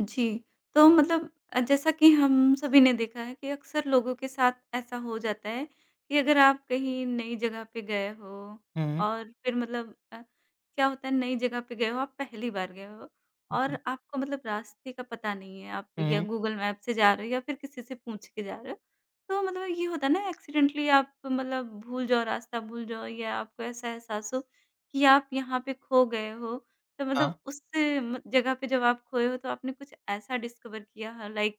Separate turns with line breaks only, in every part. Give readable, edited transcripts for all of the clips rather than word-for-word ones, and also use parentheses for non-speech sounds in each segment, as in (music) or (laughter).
जी। तो मतलब जैसा कि हम सभी ने देखा है कि अक्सर लोगों के साथ ऐसा हो जाता है कि अगर आप कहीं नई जगह पे गए हो
हुँ,
और फिर मतलब क्या होता है नई जगह पे गए हो, आप पहली बार गए हो
जी।
और आपको मतलब रास्ते का पता नहीं है, आप या
हुँ,
गूगल मैप से जा रहे हो या फिर किसी से पूछ के जा रहे हो। तो मतलब ये होता है ना एक्सीडेंटली आप मतलब भूल जाओ, रास्ता भूल जाओ या आपको ऐसा एहसास हो कि आप यहाँ पे खो गए हो, तो
हाँ,
मतलब उस म जगह पे जब आप खोए हो तो आपने कुछ ऐसा डिस्कवर किया है लाइक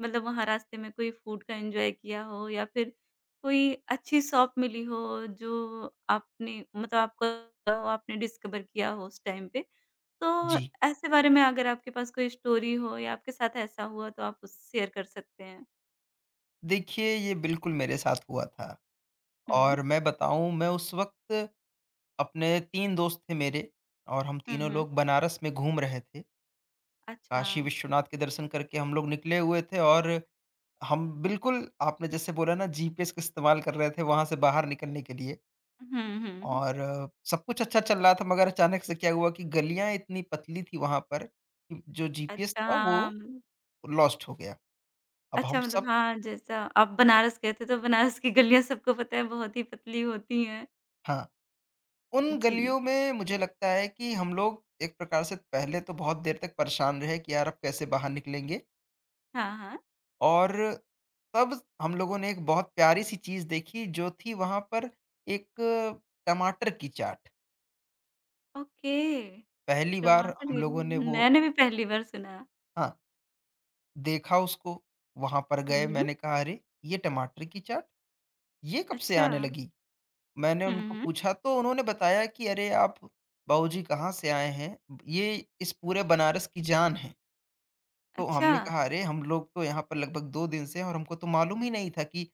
मतलब वहाँ रास्ते में कोई फूड का एन्जॉय किया हो या फिर कोई अच्छी शॉप मिली हो जो आपने मतलब आपको लगा हो, आपने डिस्कवर किया हो उस टाइम पे। तो
जी।
ऐसे बारे में अगर आपके पास कोई स्टोरी हो या आपके साथ ऐसा हुआ तो आप उस शेयर कर सकते हैं।
देखिए, ये बिल्कुल मेरे साथ हुआ था
हुँ।
और मैं बताऊँ मैं उस वक़्त अपने 3 दोस्त थे मेरे और हम
हुँ,
तीनों
हुँ।
लोग बनारस में घूम रहे थे।
अच्छा।
काशी विश्वनाथ के दर्शन करके हम लोग निकले हुए थे और हम बिल्कुल आपने जैसे बोला ना जीपीएस का इस्तेमाल कर रहे थे वहाँ से बाहर निकलने के लिए
हुँ, हुँ, हुँ।
और सब कुछ अच्छा चल रहा था मगर अचानक से क्या हुआ कि गलियाँ इतनी पतली थी वहाँ पर कि जो जीपीएस
अच्छा,
था वो
हाँ।
लॉस्ट हो गया। अब हम
अच्छा,
सब
मतलब हाँ, जैसा आप बनारस गए थे, तो बनारस की गलियाँ सबको पता है बहुत ही पतली होती हैं।
हाँ। उन
जी।
गलियों में मुझे लगता है कि हम लोग एक प्रकार से पहले तो बहुत देर तक परेशान रहे कि यार अब कैसे बाहर निकलेंगे
हाँ, हाँ।
और तब हम लोगों ने एक बहुत प्यारी सी चीज़ देखी जो थी वहाँ पर एक टमाटर की चाट।
ओके,
पहली बार
टमाटर
हम
गे
लोगों ने वो
मैंने भी पहली बार सुना।
हाँ, देखा उसको, वहाँ पर
हुँ,
गए
हुँ।
मैंने कहा अरे! ये टमाटर की चाट, ये कब से
अच्छा।
आने लगी? मैंने
हुँ,
उनको
हुँ।
पूछा तो उन्होंने बताया कि अरे आप बाबूजी कहाँ से आए हैं? ये इस पूरे बनारस की जान है। तो
अच्छा,
हमने कहा अरे! हम लोग तो यहाँ पर लगभग 2 दिन से हैं और हमको तो मालूम ही नहीं था कि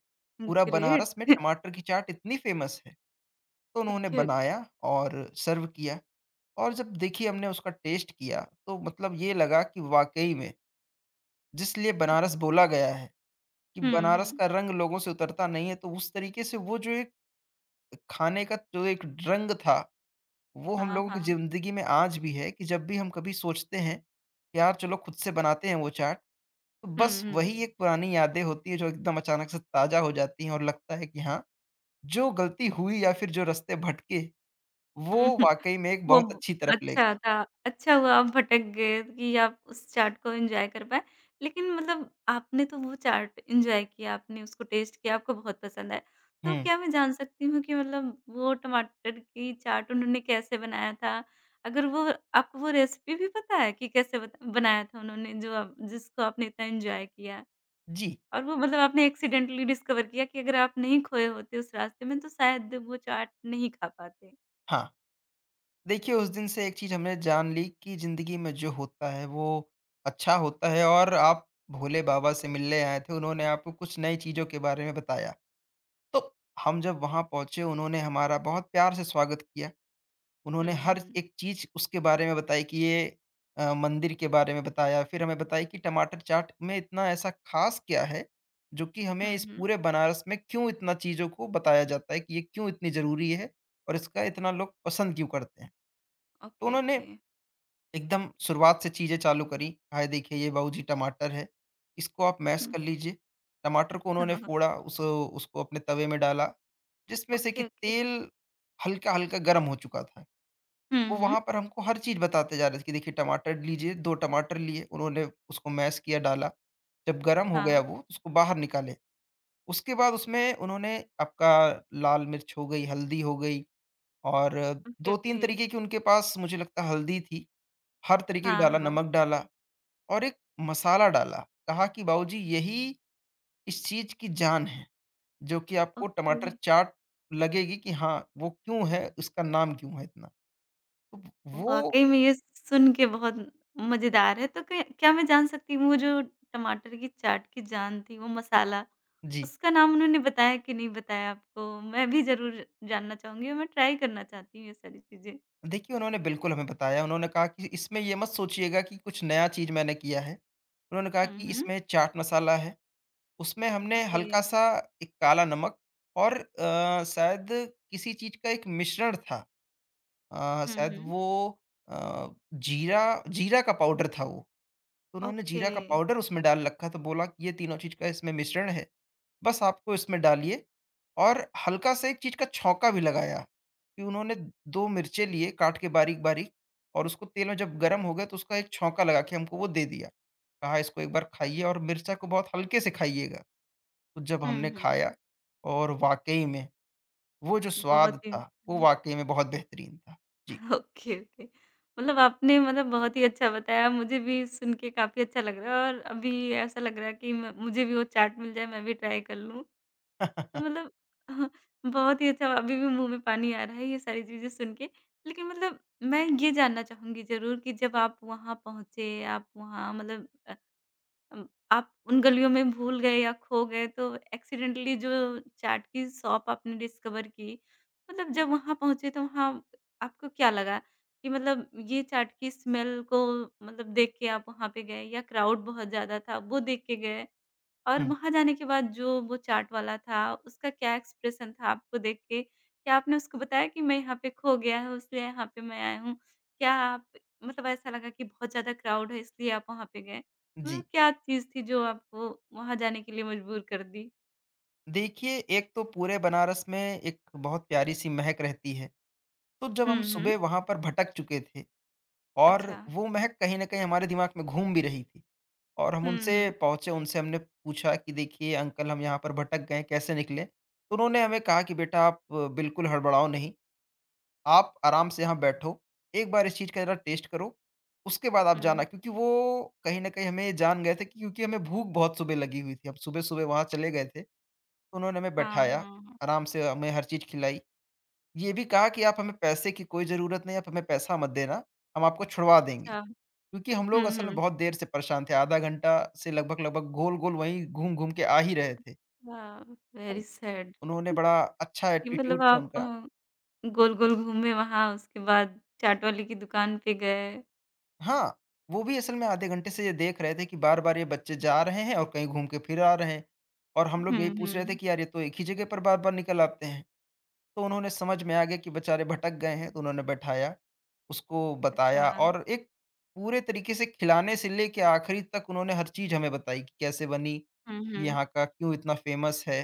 पूरा
ग्रेट।
बनारस में टमाटर की चाट इतनी फ़ेमस है। तो उन्होंने
ओके, ओके।
बनाया और सर्व किया और जब देखिए हमने उसका टेस्ट किया तो मतलब ये लगा कि वाक़ई में जिस लिए बनारस बोला गया है कि
हुँ,
बनारस
हुँ।
का रंग लोगों से उतरता नहीं है, तो उस तरीके से वो जो एक खाने का जो एक रंग था, वो हम
हाँ,
लोगों की
हाँ।
ज़िंदगी में आज भी है कि जब भी हम कभी सोचते हैं कि यार चलो खुद से बनाते हैं वो चाट तो
हुँ,
बस
हुँ।
वही एक पुरानी यादें होती हैं जो एकदम अचानक से ताज़ा हो जाती हैं और लगता है कि हाँ, जो गलती हुई या फिर जो रास्ते भटके, वो
हम्म,
वाक़ई में एक
वो
बहुत
ब
अच्छी तरफ ले
अच्छा
गए।
था, अच्छा हुआ आप भटक गए कि आप उस चाट को एन्जॉय कर पाए। लेकिन मतलब आपने तो वो चाट एन्जॉय किया, आपने उसको टेस्ट किया, आपको बहुत पसंद आया। तो
हुँ,
क्या मैं जान सकती हूँ कि मतलब वो टमाटर की चाट उन्होंने कैसे बनाया था? अगर वो आपको वो रेसिपी भी पता है कि कैसे बत बनाया था उन्होंने जो आप जिसको आपने इतना एन्जॉय किया?
जी,
और वो मतलब आपने एक्सीडेंटली डिस्कवर किया कि अगर आप नहीं खोए होते उस रास्ते में तो शायद वो चाट नहीं खा पाते?
हाँ। देखिए उस दिन से एक चीज़ हमने जान ली कि ज़िंदगी में जो होता है वो अच्छा होता है और आप भोले बाबा से मिलने आए थे, उन्होंने आपको कुछ नई चीज़ों के बारे में बताया। तो हम जब वहाँ पहुँचे उन्होंने हमारा बहुत प्यार से स्वागत किया।
हुँ,
उन्होंने हर
हुँ।
एक चीज़ उसके बारे में बताई कि ये मंदिर के बारे में बताया, फिर हमें बताई कि टमाटर चाट में इतना ऐसा ख़ास क्या है, जो कि
हुँ,
हमें इस
हुँ।
पूरे बनारस में क्यों इतना चीज़ों को बताया जाता है कि ये क्यों इतनी ज़रूरी है और इसका इतना लोग पसंद क्यों करते हैं। तो
ओके,
उन्होंने
ओके।
एकदम शुरुआत से चीज़ें चालू करी, "हाय देखिए ये बाबूजी टमाटर है, इसको आप मैश
हुँ।
कर लीजिए।" टमाटर को उन्होंने
(laughs)
फोड़ा, उस उसको अपने तवे में डाला, जिसमें से कि
ओके, ओके।
तेल हल्का-हल्का गर्म हो चुका था।
हुँ,
वो
हुँ।
वहाँ पर हमको हर चीज़ बताते जा रहे थे कि देखिए टमाटर लीजिए, 2 टमाटर लिए, उन्होंने उसको मैश किया, डाला, जब गरम हो गया
हाँ।
वो, उसको बाहर निकाले। उसके बाद उसमें उन्होंने आपका लाल मिर्च हो गई, हल्दी हो गई और
ओके,
2-3
ओके।
तरीके की उनके पास मुझे लगता है हल्दी थी, हर तरीके की
हाँ,
डाला,
हाँ।
नमक डाला और एक मसाला डाला। कहा कि बाबूजी यही इस चीज़ की जान है, जो कि आपको टमाटर
ओके।
चाट लगेगी कि हाँ, वो क्यों है, उसका नाम क्यों है इतना। तो वो
वाक़ई में ये सुन के बहुत मज़ेदार है। तो क्या क्या मैं जान सकती हूँ वो जो टमाटर की चाट की जान थी, वो मसाला,
जी।
उसका नाम उन्होंने बताया कि नहीं बताया आपको? मैं भी ज़रूर जानना चाहूँगी और मैं ट्राई करना चाहती हूँ ये सारी चीज़ें।
देखिए, उन्होंने बिल्कुल हमें बताया, उन्होंने कहा कि इसमें ये मत सोचिएगा कि कुछ नया चीज़ मैंने किया है। उन्होंने कहा
हुँ,
कि
हुँ।
इसमें चाट मसाला है, उसमें हमने
ओके।
हल्का-सा एक काला नमक और शायद किसी चीज़ का एक मिश्रण था
हुँ,
शायद
हुँ।
वो अ, जीरा जीरा का पाउडर था वो। तो उन्होंने
ओके।
जीरा का पाउडर उसमें डाल रखा था, बोला कि ये तीनों चीज़ का इसमें मिश्रण है, बस आपको इसमें डालिए और हल्का सा एक चीज़ का छौंका भी लगाया, कि उन्होंने 2 मिर्चें लिए काट के बारीक-बारीक और उसको तेल में जब गरम हो गया तो उसका एक छौंका लगा के हमको वो दे दिया। कहा इसको एक बार खाइए और मिर्चा को बहुत हल्के से खाइएगा। तो जब
हुँ,
हमने
हुँ।
खाया और वाक़ई में वो जो
बहुत
स्वाद
ही
था, वो
(laughs)
वाक़ई में बहुत बेहतरीन था। जी।
Okay, okay. मतलब आपने मतलब बहुत ही अच्छा बताया, मुझे भी सुन के काफ़ी अच्छा लग रहा है और अभी ऐसा लग रहा है कि म मुझे भी वो चाट मिल जाए, मैं भी ट्राई कर लूँ। तो
(laughs)
मतलब (laughs) हाँ, बहुत ही अच्छा अभी भी मुँह में पानी आ रहा है ये सारी चीज़ें सुन के। लेकिन मतलब मैं ये जानना चाहूँगी ज़रूर कि जब आप वहाँ पहुँचे, आप वहाँ मतलब अम, आप उन गलियों में भूल गए या खो गए तो एक्सीडेंटली जो चाट की शॉप आपने डिस्कवर की, मतलब जब वहाँ पहुँचे तो वहाँ आपको क्या लगा? कि मतलब ये चाट की स्मेल को मतलब देख के आप वहाँ पे गए या क्राउड बहुत ज़्यादा था, वो देख के गए? और
हुँ,
वहाँ जाने के बाद जो वो चाट वाला था, उसका क्या एक्सप्रेशन था आपको देख के? क्या आपने उसको बताया कि मैं यहाँ पे खो गया हूँ, इसलिए यहाँ पे मैं आया हूँ? क्या आप मतलब ऐसा लगा कि बहुत ज़्यादा क्राउड है इसलिए आप वहाँ पे गए?
जी।
मतलब क्या चीज़ थी जो आपको वहाँ जाने के लिए मजबूर कर दी?
देखिए, एक तो पूरे बनारस में एक बहुत प्यारी-सी महक रहती है, तो जब
हुँ,
हम
हुँ।
सुबह वहाँ पर भटक चुके थे और
अच्छा।
वो महक कहीं न कहीं हमारे दिमाग में घूम भी रही थी और हम
हुँ,
उनसे
हुँ,
पहुँचे, उनसे हमने पूछा कि देखिए अंकल हम यहाँ पर भटक गए, कैसे निकले? तो उन्होंने हमें कहा कि बेटा आप बिल्कुल हड़बड़ाओ नहीं, आप आराम से यहाँ बैठो, एक बार इस चीज़ का ज़रा टेस्ट करो, उसके बाद आप
हुँ।
जाना क्योंकि वो कहीं न कहीं हमें जान गए थे कि क्योंकि हमें भूख बहुत सुबह लगी हुई थी, हम सुबह-सुबह वहाँ चले गए थे। उन्होंने हमें
हाँ,
बैठाया,
हाँ, हाँ।
आराम से हमें हर चीज़ खिलाई। ये भी कहा कि, "आप हमें पैसे की कोई ज़रूरत नहीं, आप हमें पैसा मत देना, हम आपको छुड़वा देंगे।"
अच्छा।
क्योंकि हम
हुँ,
लोग असल में
हुँ।
बहुत देर से परेशान थे, आधा घंटा से लगभग-लगभग गोल-गोल वहीं घूम-घूम के आ ही रहे थे।
वाओ!
तो
वेरी सैड
उन्होंने बड़ा अच्छा
कि
एटीट्यूड
मतलब
था
आप
उनका
गोल-गोल घूमे वहाँ, उसके बाद चाट वाले की दुकान पे गए।
हाँ, वो भी असल में आधे घंटे से ये देख रहे थे कि बार-बार ये बच्चे जा रहे हैं और कहीं घूम के फिर आ रहे हैं। और हम लोग
हुँ,
यही पूछ रहे थे
हुँ।
कि, "यार, ये तो एक ही जगह पर बार-बार निकल आते हैं।" तो उन्होंने समझ में आ गया कि बेचारे भटक गए हैं तो उन्होंने बैठाया, उसको
अच्छा।
बताया और एक पूरे तरीके से खिलाने से लेके आखिरी तक उन्होंने हर चीज़ हमें बताई कि कैसे बनी,
हुँ,
ये
हुँ।
यहाँ का क्यों इतना फ़ेमस है।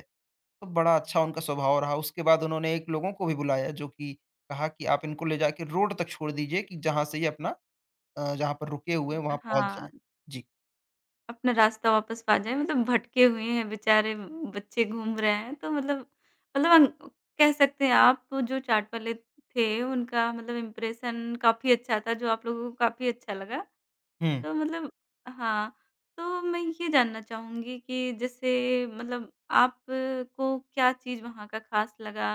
तो बड़ा अच्छा उनका स्वभाव रहा, उसके बाद उन्होंने एक लोगों को भी बुलाया जो कि कहा कि आप इनको ले जाके रोड तक छोड़ दीजिए कि जहाँ से ये अपना जहाँ पर रुके हुए हैं वहाँ पहुँच
हाँ,
जाएँ। जी।
अपना रास्ता वापस पा जाएँ मतलब भटके हुए हैं बेचारे बच्चे घूम रहे हैं तो मतलब मतलब अन कह सकते हैं आप जो चाट वाले थे उनका मतलब इम्प्रेशन काफ़ी अच्छा था जो आप लोगों को काफ़ी अच्छा लगा।
हुँ।
तो मतलब हाँ, तो मैं ये जानना चाहूँगी कि जैसे मतलब आपको क्या चीज़ वहाँ का ख़ास लगा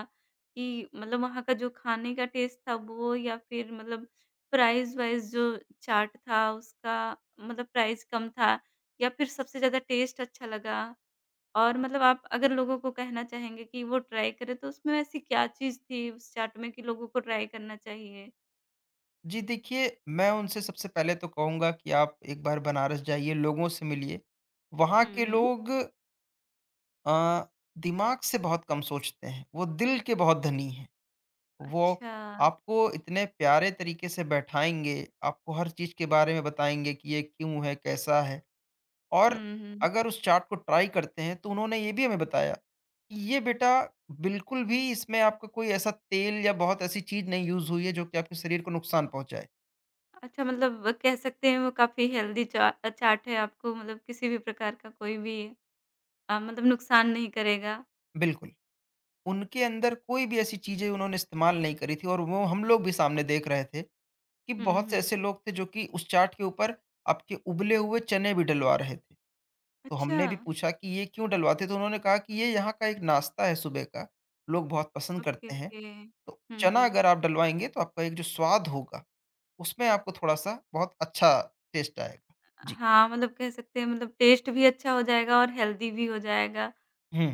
कि मतलब वहाँ का जो खाने का टेस्ट था वो या फिर मतलब प्राइस-वाइज़ जो चार्ट था उसका मतलब प्राइस कम था या फिर सबसे ज़्यादा टेस्ट अच्छा लगा? और मतलब आप अगर लोगों को कहना चाहेंगे कि वो ट्राई करें तो उसमें ऐसी क्या चीज़ थी उस चाट में कि लोगों को ट्राई करना चाहिए?
जी देखिए, मैं उनसे सबसे पहले तो कहूँगा कि आप एक बार बनारस जाइए, लोगों से मिलिए। वहाँ
हुँ,
के
हुँ।
लोग अ, दिमाग से बहुत कम सोचते हैं, वो दिल के बहुत धनी हैं। वो
अच्छा।
आपको इतने प्यारे तरीके से बैठाएँगे, आपको हर चीज़ के बारे में बताएँगे कि ये क्यों है, कैसा है? और
हुँ, हुँ।
अगर उस चार्ट को ट्राई करते हैं, तो उन्होंने ये भी हमें बताया कि ये बेटा बिल्कुल भी इसमें आपका कोई ऐसा तेल या बहुत ऐसी चीज़ नहीं यूज़ हुई है, जो कि आपके शरीर को नुकसान पहुँचाए।
अच्छा, मतलब कह सकते हैं वो काफ़ी हेल्दी चा चाट है, आपको मतलब किसी भी प्रकार का कोई भी मतलब नुकसान नहीं करेगा।
बिल्कुल, उनके अंदर कोई भी ऐसी चीज़ें उन्होंने इस्तेमाल नहीं करी थी और वो हम लोग भी सामने देख रहे थे। कि
हुँ,
बहुत से
हुँ।
ऐसे लोग थे जो कि उस चाट के ऊपर आपके उबले हुए चने भी डलवा रहे थे। तो
अच्छा,
हमने भी पूछा कि ये क्यों डलवाते? तो उन्होंने कहा कि ये यहाँ का एक नाश्ता है सुबह का, लोग बहुत पसंद
ओके,
करते हैं।
ओके।
तो
हुँ,
चना
हुँ।
अगर आप डलवाएँगे तो आपका एक जो स्वाद होगा, उसमें आपको थोड़ा-सा बहुत अच्छा टेस्ट आएगा। जी।
हाँ, मतलब कह सकते हैं मतलब टेस्ट भी अच्छा हो जाएगा और हेल्दी भी हो जाएगा।
हुँ।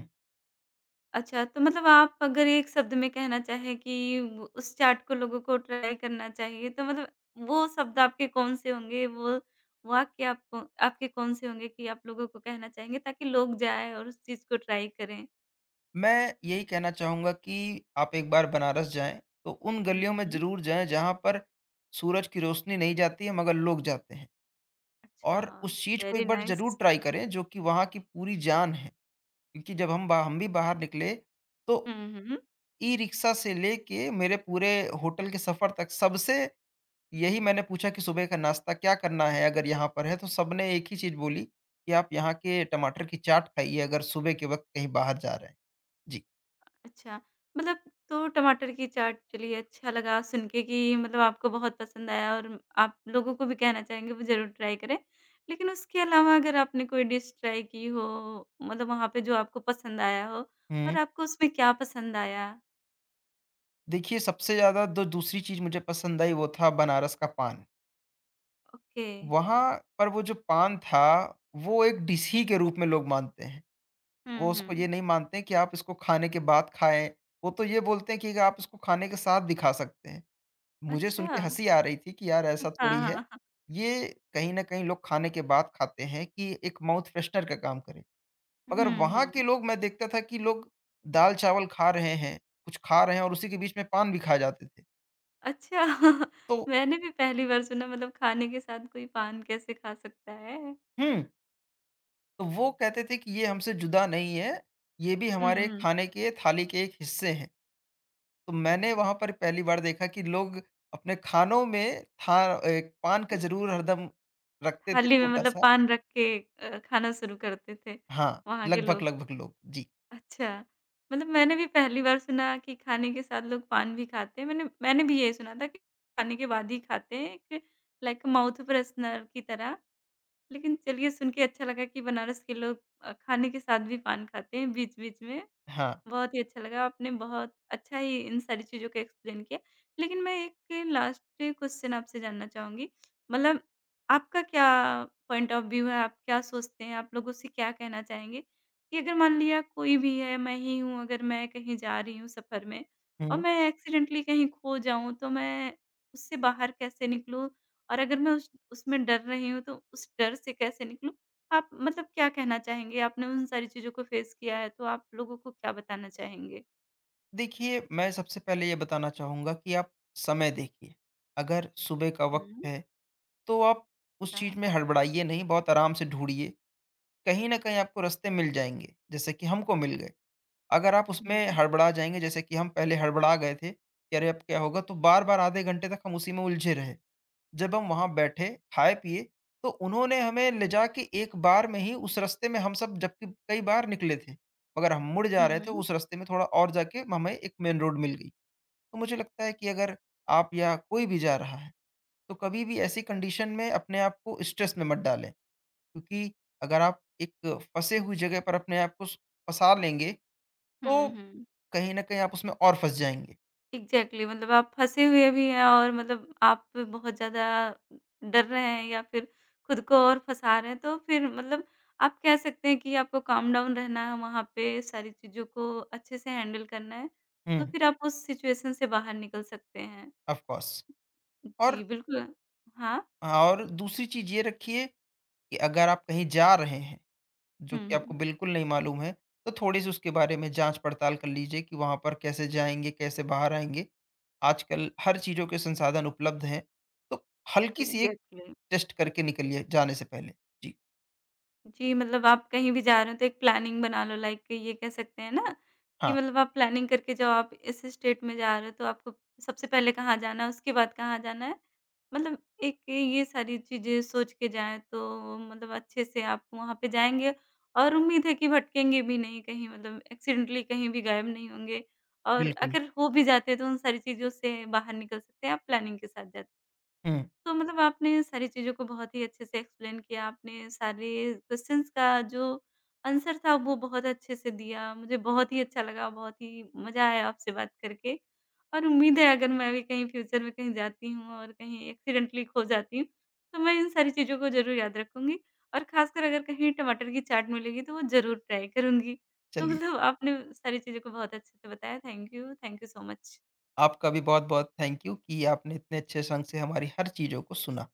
अच्छा, तो मतलब आप अगर एक शब्द में कहना चाहें कि वो उस चाट को लोगों को ट्राई करना चाहिए तो मतलब वो शब्द आपके कौन-से होंगे? वो वाक्य आपको आपके कौन-से होंगे कि आप लोगों को कहना चाहेंगे ताकि लोग जाएँ और उस चीज़ को ट्राई करें?
मैं यही कहना चाहूँगा कि आप एक बार बनारस जाएँ, तो उन गलियों
हुँ,
में
हुँ।
ज़रूर जाएँ जहाँ पर सूरज की रोशनी नहीं जाती है मगर लोग जाते हैं।
अच्छा,
और उस चीज़ को
वेरी
एक बार ज़रूर
नाइस।
ट्राई करें जो कि वहाँ की पूरी जान है। क्योंकि जब हम भी बाहर निकले तो
हुँ, हुँ।
ई-रिक्शा से लेके मेरे पूरे होटल के सफ़र तक सबसे यही मैंने पूछा कि सुबह का नाश्ता क्या करना है अगर यहाँ पर है? तो सबने एक ही चीज़ बोली कि आप यहाँ के टमाटर की चाट खाइए अगर सुबह के वक़्त कहीं बाहर जा रहे हैं। जी।
अच्छा, मतलब तो टमाटर की चाट, चलिए अच्छा लगा सुन के कि मतलब आपको बहुत पसंद आया और आप लोगों को भी कहना चाहेंगे वो ज़रूर ट्राई करें। लेकिन उसके अलावा अगर आपने कोई डिश ट्राई की हो मतलब वहाँ पे जो आपको पसंद आया हो
हुँ।
और आपको उसमें क्या पसंद आया?
देखिए सबसे ज़्यादा जो दूसरी चीज़ मुझे पसंद आई वो था बनारस का पान।
ओके।
वहाँ पर वो जो पान था वो एक डिश ही के रूप में लोग मानते हैं।
हुँ,
वो उसको ये
हुँ।
नहीं मानते हैं कि आप इसको खाने के बाद खाएँ। वो तो ये बोलते हैं कि आप इसको खाने के साथ भी खा सकते हैं। मुझे सुन
अच्छा।
के हँसी आ रही थी कि यार ऐसा
हाँ,
थोड़ी है।
हाँ, हाँ।
ये कहीं न कहीं लोग खाने के बाद खाते हैं कि एक माउथ फ्रेशनर का काम करे। मगर
हुँ,
वहाँ के
हुँ।
लोग मैं देखता था कि लोग दाल-चावल खा रहे हैं, कुछ खा रहे हैं और उसी के बीच में पान भी खा जाते थे।
अच्छा (laughs)
तो
मैंने भी पहली बार सुना मतलब खाने के साथ कोई पान कैसे खा सकता है?
हुँ, तो वो कहते थे कि ये हमसे जुदा नहीं है, ये भी
हुँ,
हमारे
हुँ।
खाने के थाली के एक हिस्से हैं। तो मैंने वहाँ पर पहली बार देखा कि लोग अपने खानों में था एक पान का
हुँ,
ज़रूर हरदम रखते थे
थाली में मतलब
छोटा-सा।
पान रख के खाना शुरू करते थे
हाँ,
वहाँ के
लगभग,
लोग।
लगभग लोग। जी,
अच्छा, मतलब मैंने भी पहली बार सुना कि खाने के साथ लोग पान भी खाते हैं। मैंने मैंने भी यही सुना था कि खाने के बाद ही खाते हैं, एक लाइक माउथ फ्रेशनर की तरह। लेकिन चलिए सुन के अच्छा लगा कि बनारस के लोग खाने के साथ भी पान खाते हैं बीच-बीच में।
हाँ।
बहुत ही अच्छा लगा, आपने बहुत अच्छा ही इन सारी चीज़ों को एक्सप्लेन किया। लेकिन मैं एक लास्ट क्वेश्चन आपसे जानना चाहूँगी, मतलब आपका क्या पॉइंट ऑफ व्यू है, आप क्या सोचते हैं, आप लोगों से क्या कहना चाहेंगे कि अगर मान लिया कोई भी है, मैं ही हूँ, अगर मैं कहीं जा रही हूँ सफ़र में और
हुँ।
मैं एक्सीडेंटली कहीं खो जाऊँ, तो मैं उससे बाहर कैसे निकलूँ? और अगर मैं उस उसमें डर रही हूँ, तो उस डर से कैसे निकलूँ? आप मतलब क्या कहना चाहेंगे? आपने उन सारी चीज़ों को फेस किया है, तो आप लोगों को क्या बताना चाहेंगे?
देखिए, मैं सबसे पहले ये बताना चाहूँगा कि आप समय देखिए। अगर सुबह का वक़्त
हुँ।
है, तो आप उस चीज़
अच्छा।
में हड़बड़ाइए नहीं, बहुत आराम से ढूँढ़िए। कहीं न कहीं आपको रास्ते मिल जाएँगे, जैसे कि हमको मिल गए। अगर आप
हुँ,
उसमें
हुँ।
हड़बड़ा जाएँगे, जैसे कि हम पहले हड़बड़ा गए थे कि अरे! अब क्या होगा? तो बार-बार आधे घंटे तक हम उसी में उलझे रहे। जब हम वहाँ बैठे, खाए-पिए, तो उन्होंने हमें ले जाके एक बार में ही उस रास्ते में हम सब जबकि कई बार निकले थे, मगर हम मुड़ जा रहे थे, उस रास्ते में थोड़ा और जाके हमें एक मेन रोड मिल गई। तो मुझे लगता है कि अगर आप या कोई भी जा रहा है, तो कभी भी ऐसी कंडीशन में अपने आप को स्ट्रेस में मत डालें, क्योंकि अगर आप एक फँसे हुई जगह पर अपने आप को स फँसा लेंगे,
हुँ,
तो
हुँ, हुँ।
कहीं न कहीं आप उसमें और फँस जाएँगे।
एग्ज़ैक्टली, मतलब आप फँसे हुए भी हैं और मतलब आप बहुत ज़्यादा डर रहे हैं या फिर खुद को और फँसा रहे हैं, तो फिर मतलब आप कह सकते हैं कि आपको काम डाउन रहना है वहाँ पे, सारी चीज़ों को अच्छे से हैंडल करना है, तो
हुँ,
फिर आप उस सिचुएशन से बाहर निकल सकते हैं।
ऑफ कोर्स और
जी, बिल्कुल। हाँ।
दूसरी चीज़ ये रखिए कि अगर आप कहीं जा रहे हैं जो
हुँ,
कि आपको
हुँ।
बिल्कुल नहीं मालूम है, तो थोड़ी-सी उसके बारे में जाँच-पड़ताल कर लीजिए कि वहाँ पर कैसे जाएँगे, कैसे बाहर आएँगे। आजकल हर चीज़ों के संसाधन उपलब्ध हैं, तो हल्की-सी एक
एग्ज़ैक्टली।
टेस्ट करके निकलिए जाने से पहले। जी,
जी, मतलब आप कहीं भी जा रहे हो तो एक प्लानिंग बना लो, लाइक ये कह सकते हैं ना कि
हाँ,
मतलब आप प्लानिंग करके जाओ, आप इस स्टेट में जा रहे हो तो आपको सबसे पहले कहाँ जाना है, उसके बाद कहाँ जाना है। मतलब एक ये सारी चीज़ें सोच के जाएँ तो मतलब अच्छे से आप वहाँ पे जाएँगे और उम्मीद है कि भटकेंगे भी नहीं कहीं, मतलब एक्सीडेंटली कहीं भी गायब नहीं होंगे और
बिल्कुल।
अगर हो भी जाते हैं तो उन सारी चीज़ों से बाहर निकल सकते हैं, आप प्लानिंग के साथ जाते।
हुँ,
तो मतलब आपने सारी चीज़ों को बहुत ही अच्छे से एक्सप्लेन किया, आपने सारे क्वेश्चंस का जो आंसर था वो बहुत अच्छे से दिया। मुझे बहुत ही अच्छा लगा, बहुत ही मज़ा आया आपसे बात करके और उम्मीद है अगर मैं भी कहीं फ्यूचर में कहीं जाती हूँ और कहीं एक्सीडेंटली खो जाती हूँ, तो मैं इन सारी चीज़ों को ज़रूर याद रखूँगी और ख़ासकर अगर कहीं टमाटर की चाट मिलेगी तो वो ज़रूर ट्राई करूँगी। तो
चलिए
मतलब आपने सारी चीज़ों को बहुत अच्छे से बताया। Thank you so much.
आपका भी बहुत-बहुत थैंक यू कि आपने इतने अच्छे संग से हमारी हर चीज़ों को सुना।